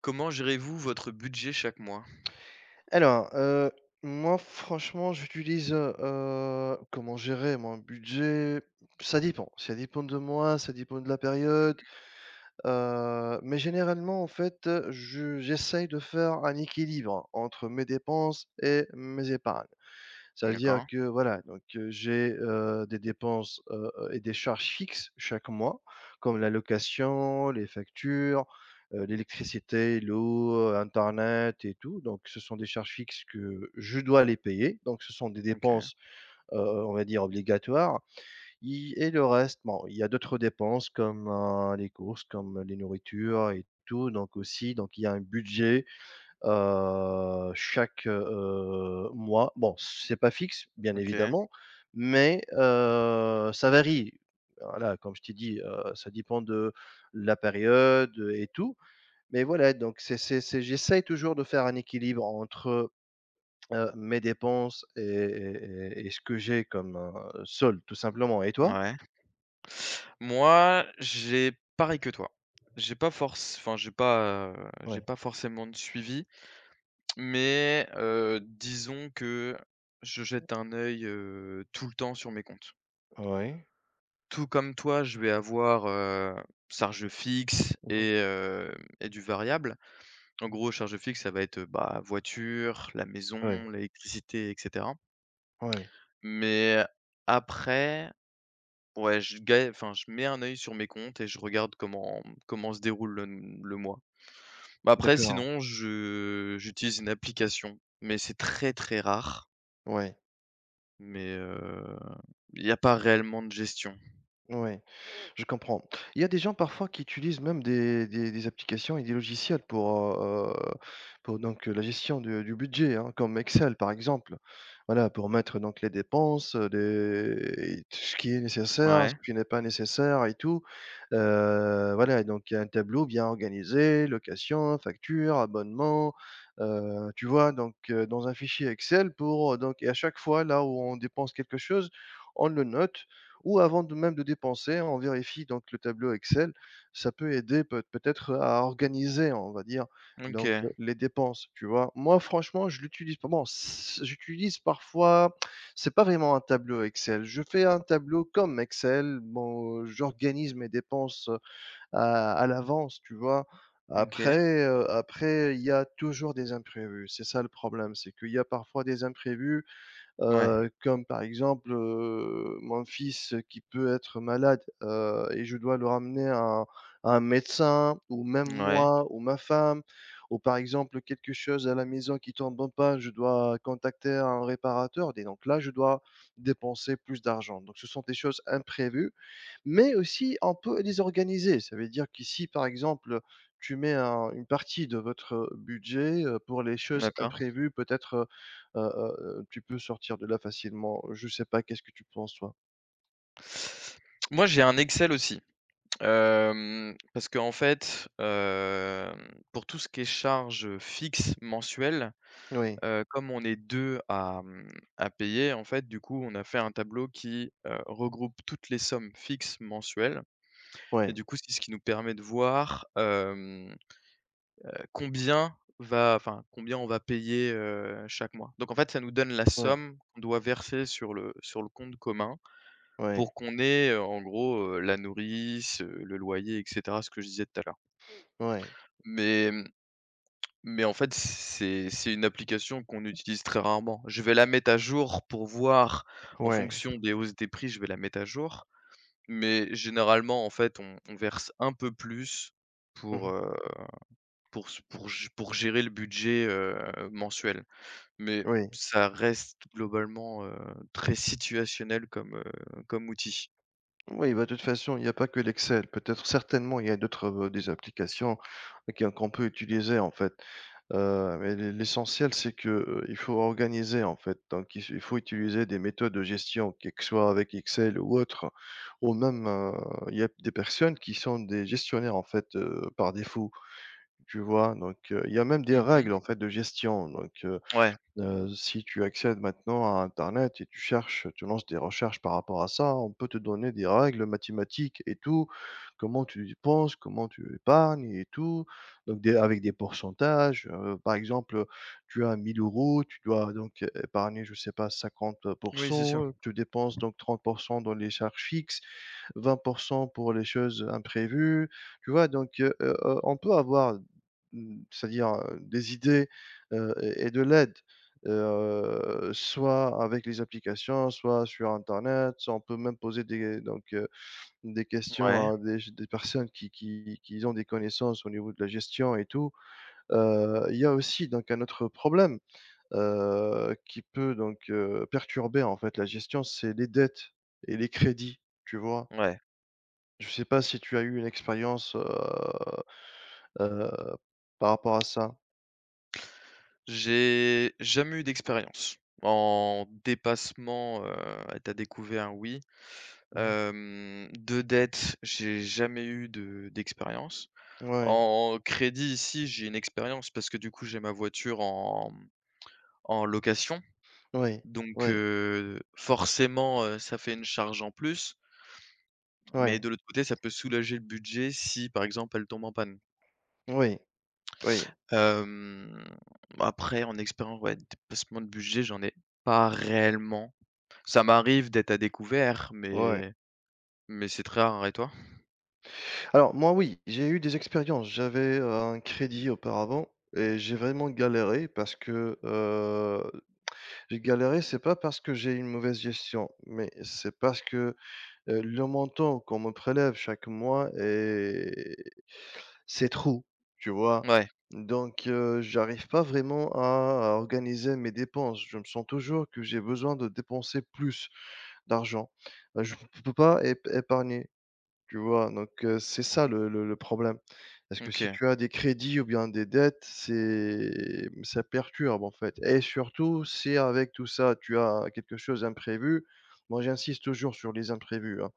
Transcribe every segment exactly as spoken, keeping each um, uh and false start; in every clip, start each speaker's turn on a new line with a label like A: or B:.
A: Comment gérez-vous votre budget chaque mois?
B: Alors, heu, moi franchement j'utilise, heu heu, comment gérer mon budget? Ça dépend, ça dépend de moi, ça dépend de la période, heu, mais généralement en fait, heu, je j'essaye de faire un équilibre entre mes dépenses et mes épargnes. Ça veut dire
A: D'accord,
B: que voilà, donc heu, j'ai, heu, des dépenses, heu heu et des charges fixes chaque mois, comme la location, les factures, heu, l'électricité, l'eau, heu, internet et tout. Donc ce sont des charges fixes que je dois les payer. Donc ce sont des
A: OK,
B: dépenses, heu on va dire obligatoires. I Et le reste, bon, il y a d'autres dépenses comme, heu, les courses, comme les nourritures et tout, donc aussi, donc il y a un budget heu, chaque, heu, mois. Bon, c'est pas fixe, bien
A: OK,
B: évidemment, mais heu, ça varie. Voilà, comme je t'ai dit, heu, ça dépend de la période, et tout. Mais voilà, donc c'est c'est c'est j'essaye toujours de faire un équilibre entre, heu, mes dépenses et et et et ce que j'ai comme, heu, solde, tout simplement. Et toi?
A: ouais. Moi, j'ai pareil que toi. J'ai pas force. Enfin, j'ai pas, heu, j'ai
B: Oui.
A: pas forcément de suivi, mais heu, disons que je jette un œil, heu, tout le temps sur mes comptes.
B: Oui.
A: Tout comme toi, je vais avoir, heu, charges fixes
B: Oui.
A: et heu, et du variable. En gros, charges fixes, ça va être, euh, bah, voiture, la
B: Oui.
A: maison, l'électricité et cetera. Mais après, ouais, je ga enfin, je mets un œil sur mes comptes et je regarde comment comment se déroule le le mois. Bah, après
B: D'accord.
A: sinon je j'utilise une application, mais c'est très, très rare,
B: Oui.
A: mais heu, il y a pas réellement de gestion.
B: Oui. Je comprends. Il y a des gens parfois qui utilisent même des des des applications et des logiciels pour, heu, pour donc la gestion du du budget, hein, comme Excel par exemple. Voilà, pour mettre donc les dépenses, heu, les et ce qui est nécessaire, ce
A: Ouais,
B: qui n'est pas nécessaire et tout. Heu, voilà et donc il y a un tableau bien organisé, location, facture, abonnement, heu, tu vois? Donc heu, dans un fichier Excel pour, heu, donc et à chaque fois là où on dépense quelque chose, on le note ou avant de même de dépenser, on vérifie donc le tableau Excel. Ça peut aider peut peut-être à organiser, on va dire, donc
A: OK,
B: les dépenses, tu vois? Moi, franchement, je l'utilise pas bon, s j'utilise parfois c'est pas vraiment un tableau Excel. Je fais un tableau comme Excel. Bon, j'organise mes dépenses, à à l'avance, tu vois?
A: OK.
B: Après, heu, après il y a toujours des imprévus. C'est ça le problème, c'est qu'il y a parfois des imprévus
A: Ouais,
B: heu, comme par exemple, heu, mon fils qui peut être malade, heu et je dois le ramener à un à un médecin ou même
A: ouais,
B: moi ou ma femme ou par exemple quelque chose à la maison qui tombe en panne, je dois contacter un réparateur, et donc là, je dois dépenser plus d'argent. Donc ce sont des choses imprévues mais aussi on peut les organiser. Ça veut dire qu'ici, par exemple, tu mets un une partie de votre budget, heu, pour les choses
A: d'accord.
B: imprévues, peut-être, heu heu heu, tu peux sortir de là facilement. Je sais pas, qu'est-ce que tu penses toi?
A: Moi, j'ai un Excel aussi, hem, parce qu'en fait, hem, pour tout ce qui est charges, heu, fixes mensuelles.
B: Oui,
A: Heu, comme on est deux à, mmh, à payer, en fait, du coup, on a fait un tableau qui, heu, regroupe toutes les sommes fixes mensuelles,
B: oui,
A: et du coup, c'est ce qui nous permet de voir, hem, heu, combien va enfin, combien on va payer, heu, chaque mois. Donc en fait, ça nous donne la
B: oui,
A: somme qu'on doit verser sur le sur le compte commun
B: oui,
A: pour qu'on ait, heu, en gros, heu, la nourrice, heu, le loyer et cetera, ce que je disais tout à l'heure.
B: oui,
A: Mais mmh, Mais en fait, c'est c'est une application qu'on utilise très rarement. Je vais la mettre à jour pour voir en
B: ouais.
A: fonction des hausses des prix, je vais la mettre à jour. Mais généralement, en fait, on on verse un peu plus pour,
B: Mmh.
A: heu, pour s pour g pour gérer le budget, heu, mensuel. Mais
B: Oui,
A: ça reste globalement, heu, très situationnel comme, heu, comme outil.
B: oui, bah, de toute façon, il n'y a pas que l'Excel. Peut-être certainement, il y a d'autres, heu, des applications, qui qu'on peut utiliser en fait. Heu, mais l'e l'essentiel, c'est que, heu, il faut organiser, en fait, donc il il faut utiliser des méthodes de gestion, que que soit avec Excel ou autre, ou même, heu, il y a des personnes qui sont des gestionnaires, en fait, heu, par défaut, tu vois? Donc, heu, il y a même des règles, en
A: Mmh.
B: fait, de gestion, donc,
A: Ouais.
B: Heu, si tu accèdes maintenant à internet et tu cherches, tu lances des recherches par rapport à ça, on peut te donner des règles mathématiques et tout. Comment tu dépenses, comment tu épargnes et tout. Donc des avec des pourcentages, heu, par exemple, tu as mille euros, tu dois donc épargner, je sais pas cinquante pour
A: Oui, c'est sûr.
B: cent. Tu dépenses donc trente pour cent dans les charges fixes, vingt pour cent pour les choses imprévues, tu vois? Donc, heu heu heu, on peut avoir, mmh, c'est-à-dire, heu, des idées, heu et et de l'aide, heu, soit avec les applications, soit sur internet, soit on peut même poser des donc, heu, des questions
A: Ouais,
B: à des ch des personnes qui qui qui ont des connaissances au niveau de la gestion et tout. Heu, il y a aussi donc un autre problème, heu, qui peut donc, heu, perturber en fait la gestion, c'est les dettes et les crédits, tu vois?
A: ouais.
B: Je sais pas si tu as eu une expérience, heu heu, par rapport à ça?
A: J'ai jamais eu d'expérience. En dépassement, heu, à taux découvert, oui.
B: Mmh mh.
A: Hem, de dette, j'ai jamais eu de d'expérience.
B: Ouais,
A: En crédit, ici j'ai une expérience parce que du coup, j'ai ma voiture en en location.
B: oui,
A: Donc
B: oui,
A: heu, forcément, heu, ça fait une charge en plus, mais
B: oui,
A: de l'autre côté, ça peut soulager le budget si, par exemple, elle tombe en panne.
B: oui, oui,
A: Hem, Après en expérience, ouais, dépassement de budget, j'en ai pas réellement. Ça m'arrive d'être à découvert,
B: ouais.
A: mais mais c'est très rare. Et toi?
B: Alors moi, oui, j'ai eu des expériences. J'avais, heu, un crédit auparavant et j'ai vraiment galéré parce que, heu, j'ai galéré, c'est pas parce que j'ai une mauvaise gestion, mais c'est parce que Heu, le montant qu'on me prélève chaque mois est c'est trop, tu vois?
A: Ouais,
B: Donc heu, j'arrive pas vraiment à à organiser mes dépenses. Je me sens toujours que j'ai besoin de dépenser plus d'argent. Heu, je p peux pas ép épargner, tu vois? Donc heu, c'est ça le le le problème. Parce que si
A: OK.
B: tu as des crédits ou bien des dettes, c'est mmh, ça perturbe, en fait et surtout si avec tout ça, tu as quelque chose d'imprévu. Moi, j'insiste toujours sur les imprévus, hein.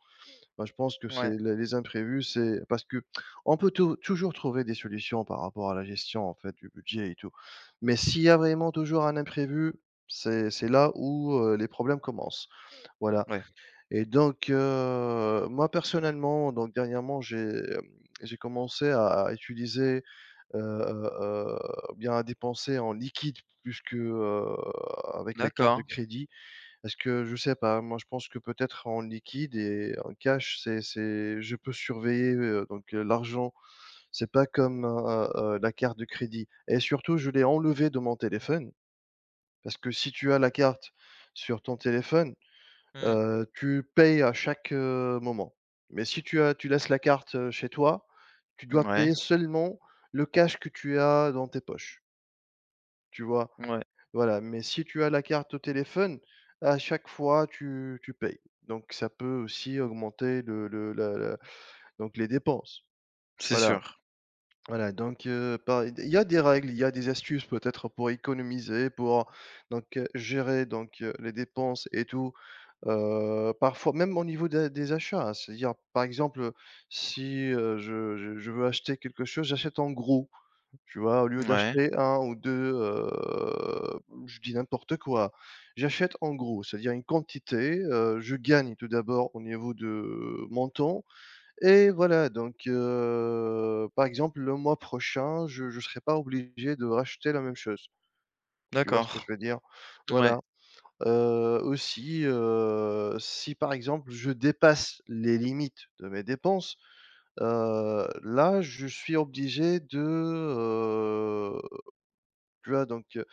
B: Bah, je pense que c'est
A: Ouais,
B: les les imprévus, c'est parce que on peut tou toujours trouver des solutions par rapport à la gestion, en fait, du budget et tout. Mais s'il y a vraiment toujours un imprévu, c'est c'est là où, heu, les problèmes commencent, voilà
A: ouais.
B: et donc heu, moi, personnellement, donc dernièrement, j'ai, hem, j'ai commencé à à utiliser, heu heu heu, bien à dépenser en liquide plus que, heu, avec les cartes de
A: D'accord.
B: crédit. Parce que je sais pas, moi je pense que peut-être en liquide et en cash, c'est c'est je peux surveiller, heu, donc heu, l'argent, c'est pas comme, heu heu, la carte de crédit et surtout je l'ai enlevé de mon téléphone parce que si tu as la carte sur ton téléphone,
A: Mmh.
B: heu, tu payes à chaque, heu, moment. Mais si tu as tu laisses la carte, heu, chez toi, tu dois
A: Ouais,
B: payer seulement le cash que tu as dans tes poches, tu vois?
A: ouais,
B: Voilà, mais si tu as la carte au téléphone, à chaque fois, tu tu payes. Donc ça peut aussi augmenter le le la la donc les dépenses.
A: c'est
B: Voilà,
A: sûr.
B: voilà donc heu, par il y a des règles, il y a des astuces peut-être pour économiser, pour donc heu, gérer donc heu, les dépenses et tout. Heu, parfois même au niveau des des achats, hein, c'est-à-dire, par exemple, si, heu, je je je veux acheter quelque chose, j'achète en gros. Tu vois? Au lieu
A: Ouais,
B: d'acheter un ou deux, heu, je dis n'importe quoi, j'achète en gros, c'est-à-dire une quantité, heu, je gagne tout d'abord au niveau de mon temps et voilà donc heu, par exemple le mois prochain, je ne serai pas obligé de racheter la même chose. Tu vois ce que
A: d'accord.
B: je veux dire?
A: Ouais,
B: Voilà, heu, aussi, heu, si par exemple je dépasse les limites de mes dépenses, heu, là je suis obligé de, euh, tu vois? Donc, heu,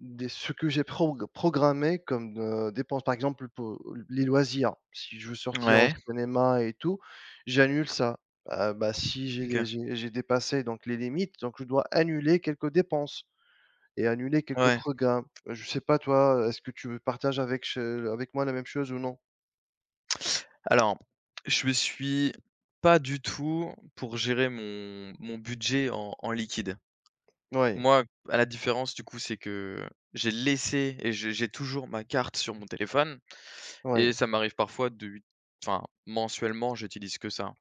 B: des ce que j'ai prog programmé comme, heu, dépenses, par exemple pour les loisirs, si je veux sortir au
A: ouais,
B: cinéma et tout, j'annule ça. Heu, bah, si j'ai dé
A: OK,
B: j'ai j'ai dépassé donc les limites, donc je dois annuler quelques dépenses et annuler quelques
A: ouais.
B: programmes. Euh, Je sais pas toi, est-ce que tu partages avec che avec moi la même chose ou non?
A: Alors, je me suis pas du tout pour gérer mon mon budget en en liquide.
B: Oui,
A: Moi, à la différence, du coup, c'est que j'ai laissé, et j'ai j'ai toujours ma carte sur mon téléphone.
B: oui,
A: Et ça m'arrive parfois de, enfin, mensuellement, j'utilise que ça.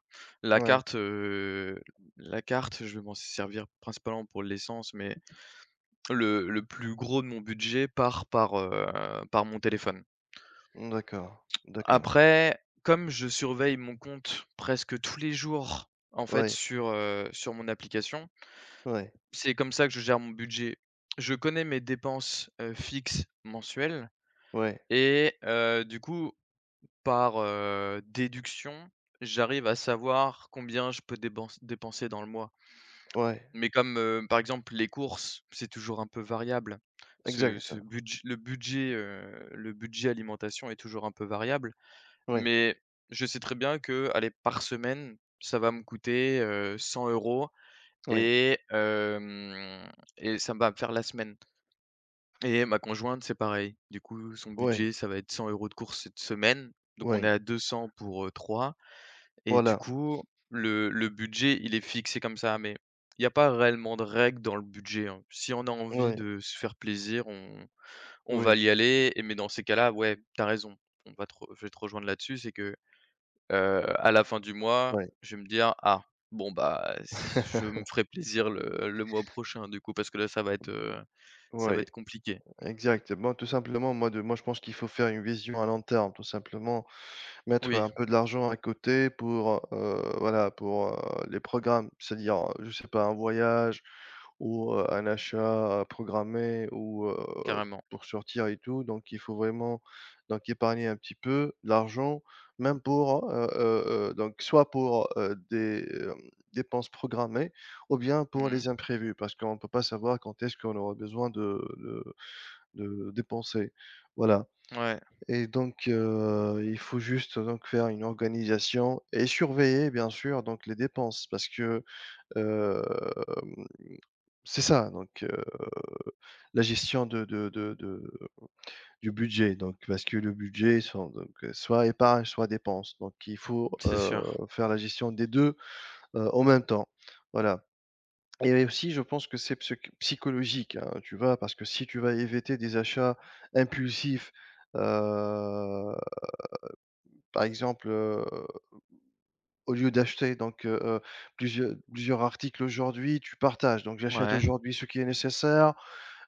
A: La
B: oui.
A: carte, heu, la carte, je vais m'en servir principalement pour l'essence, mais le le plus gros de mon budget part par, heu, par mon téléphone.
B: D'accord, d'accord.
A: Après, comme je surveille mon compte presque tous les jours, en fait,
B: Oui,
A: sur, heu, sur mon application,
B: oui,
A: c'est comme ça que je gère mon budget. Je connais mes dépenses, heu, fixes mensuelles,
B: oui,
A: et heu, du coup, par, heu, déduction, j'arrive à savoir combien je peux dépense dépenser dans le mois.
B: oui.
A: Mais comme, heu, par exemple, les courses, c'est toujours un peu variable. Ce
B: Exact.
A: ce budg le budget, heu, le budget alimentation est toujours un peu variable.
B: Oui,
A: Mais je sais très bien que, allez, par semaine, ça va me coûter, heu, cent euros,
B: oui,
A: et hem et ça va me faire la semaine. Et ma conjointe, c'est pareil. Du coup, son
B: oui,
A: budget, ça va être cent euros de courses cette semaine. Donc on est
B: oui.
A: à deux cents pour, trois. Et du
B: Voilà,
A: coup, le le budget, il est fixé comme ça, mais il n'y a pas réellement de règles dans le budget, hein. Si on a envie
B: oui.
A: de se faire plaisir, on on
B: Oui,
A: va y aller, et mais dans ces cas-là, ouais, t'as raison. On va te re Je vais te rejoindre là-dessus, c'est que, heu, à la fin du mois,
B: oui,
A: je vais me dire: «Ah, bon, bah, s je me ferai plaisir le le mois prochain, du coup, parce que là, ça va être, heu, ça va
B: ouais,
A: être compliqué».
B: exactement. Tout simplement, moi de moi, je pense qu'il faut faire une vision à long terme, tout simplement. Mettre
A: Oui,
B: un peu de l'argent à côté pour, heu, voilà, pour, heu, les programmes, c'est-à-dire, heu, je sais pas, un voyage ou, heu, un achat programmé ou, heu,
A: carrément.
B: pour sortir et tout. Donc il faut vraiment donc épargner un petit peu l'argent, même pour, heu heu heu, donc soit pour, heu, des, hem, dépenses programmées ou bien pour
A: Mmh.
B: les imprévus, parce qu'on peut pas savoir quand est-ce qu'on aura besoin de de de dépenser. Voilà.
A: Ouais,
B: Et donc, heu, il faut juste donc faire une organisation et surveiller bien sûr donc les dépenses parce que, hem, c'est ça donc, heu, la gestion de de de de du budget donc parce que le budget sont donc, heu, soit épargne, soit dépenses donc il faut,
A: c'est
B: heu,
A: sûr.
B: faire la gestion des deux heu, en même temps. Voilà et aussi je pense que c'est psy psychologique, hein, tu vois? Parce que si tu vas éviter des achats impulsifs, heu, par exemple, au lieu d'acheter donc heu plusieurs plusieurs articles aujourd'hui, tu partages. Donc j'achète
A: Ouais,
B: aujourd'hui ce qui est nécessaire,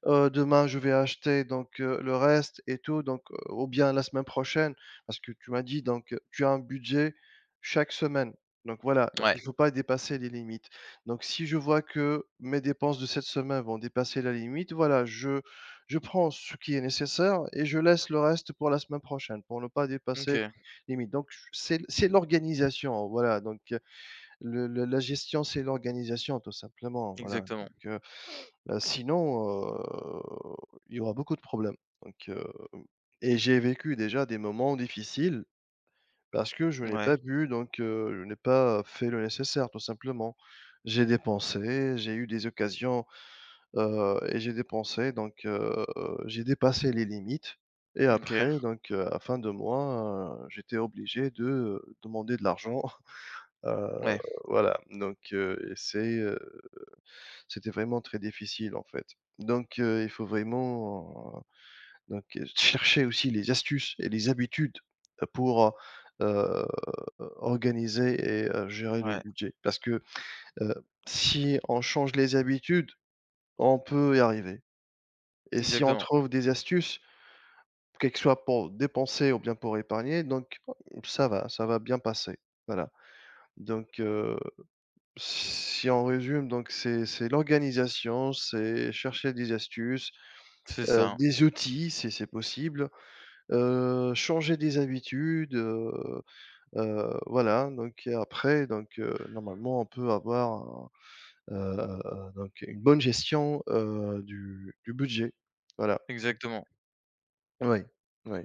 B: heu, demain je vais acheter donc, heu, le reste et tout donc, heu, ou bien la semaine prochaine parce que tu m'as dit donc, heu, tu as un budget chaque semaine. Donc voilà, donc
A: ouais.
B: il ne faut pas dépasser les limites. Donc si je vois que mes dépenses de cette semaine vont dépasser la limite, voilà, je je prends ce qui est nécessaire et je laisse le reste pour la semaine prochaine pour ne pas dépasser
A: OK,
B: les limites. Donc c'est c'est l'organisation, voilà donc, heu, le le la gestion, c'est l'organisation tout simplement, voilà donc,
A: exactement.
B: heu Heu, sinon, heu, il y aura beaucoup de problèmes. Donc heu et j'ai vécu déjà des moments difficiles parce que je n'ai
A: Ouais.
B: pas bu, donc heu, je n'ai pas fait le nécessaire, tout simplement. J'ai dépensé, j'ai eu des occasions, heu et j'ai dépensé, donc heu, j'ai dépassé les limites et
A: OK.
B: après, donc heu, à la fin de mois, heu, j'étais obligé de, heu, demander de l'argent. Heu,
A: Ouais,
B: voilà, donc heu et c'est, heu c'était vraiment très difficile, en fait. Donc heu, il faut vraiment, heu, donc heu, chercher aussi les astuces et les habitudes pour, heu organiser et heu, gérer le
A: ouais.
B: budget. Parce que, heu, si on change les habitudes, on peut y arriver et si on
A: Exactement,
B: trouve des astuces, que que soit pour dépenser ou bien pour épargner, donc ça va, ça va bien passer. Voilà. Donc heu, si on résume, donc c'est c'est l'organisation, c'est chercher des astuces.
A: c'est
B: Heu,
A: ça,
B: des outils, c'est c'est possible, heu, changer des habitudes, heu heu, voilà donc et après donc heu, normalement on peut avoir un, donc une bonne gestion, heu, du du budget. Voilà,
A: exactement.
B: oui, oui.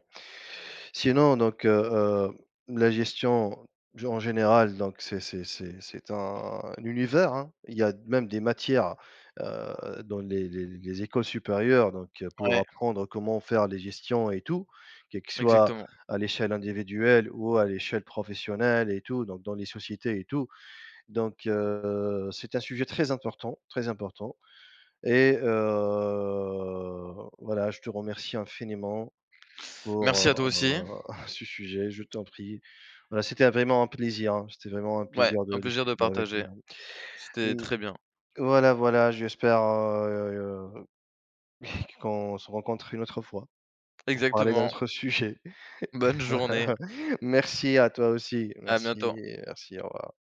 B: Sinon, donc, heu heu, la gestion g en général, donc c'est c'est c'est c'est un un univers, hein. Il y a même des matières, heu, dans les les les écoles supérieures, donc heu, pour
A: Ouais,
B: apprendre comment faire les gestions et tout, que ce soit
A: exactement.
B: à l'échelle individuelle ou à l'échelle professionnelle et tout, donc dans les sociétés et tout. Donc heu, c'est un sujet très important, très important et heu, voilà, je te remercie infiniment.
A: Merci à toi aussi.
B: Pour, heu ce sujet, je t'en prie. Voilà, c'était vraiment un plaisir, hein, c'était vraiment un
A: Ouais,
B: plaisir de
A: un plaisir de
B: discuter avec toi.
A: partager. C'était
B: Mmh,
A: très bien.
B: voilà, voilà, j'espère, heu heu, qu'on se rencontre une autre fois pour parler d'un
A: Exactement.
B: autre sujet.
A: Bonne journée.
B: Merci à toi aussi.
A: À bientôt.
B: Merci, merci, au revoir.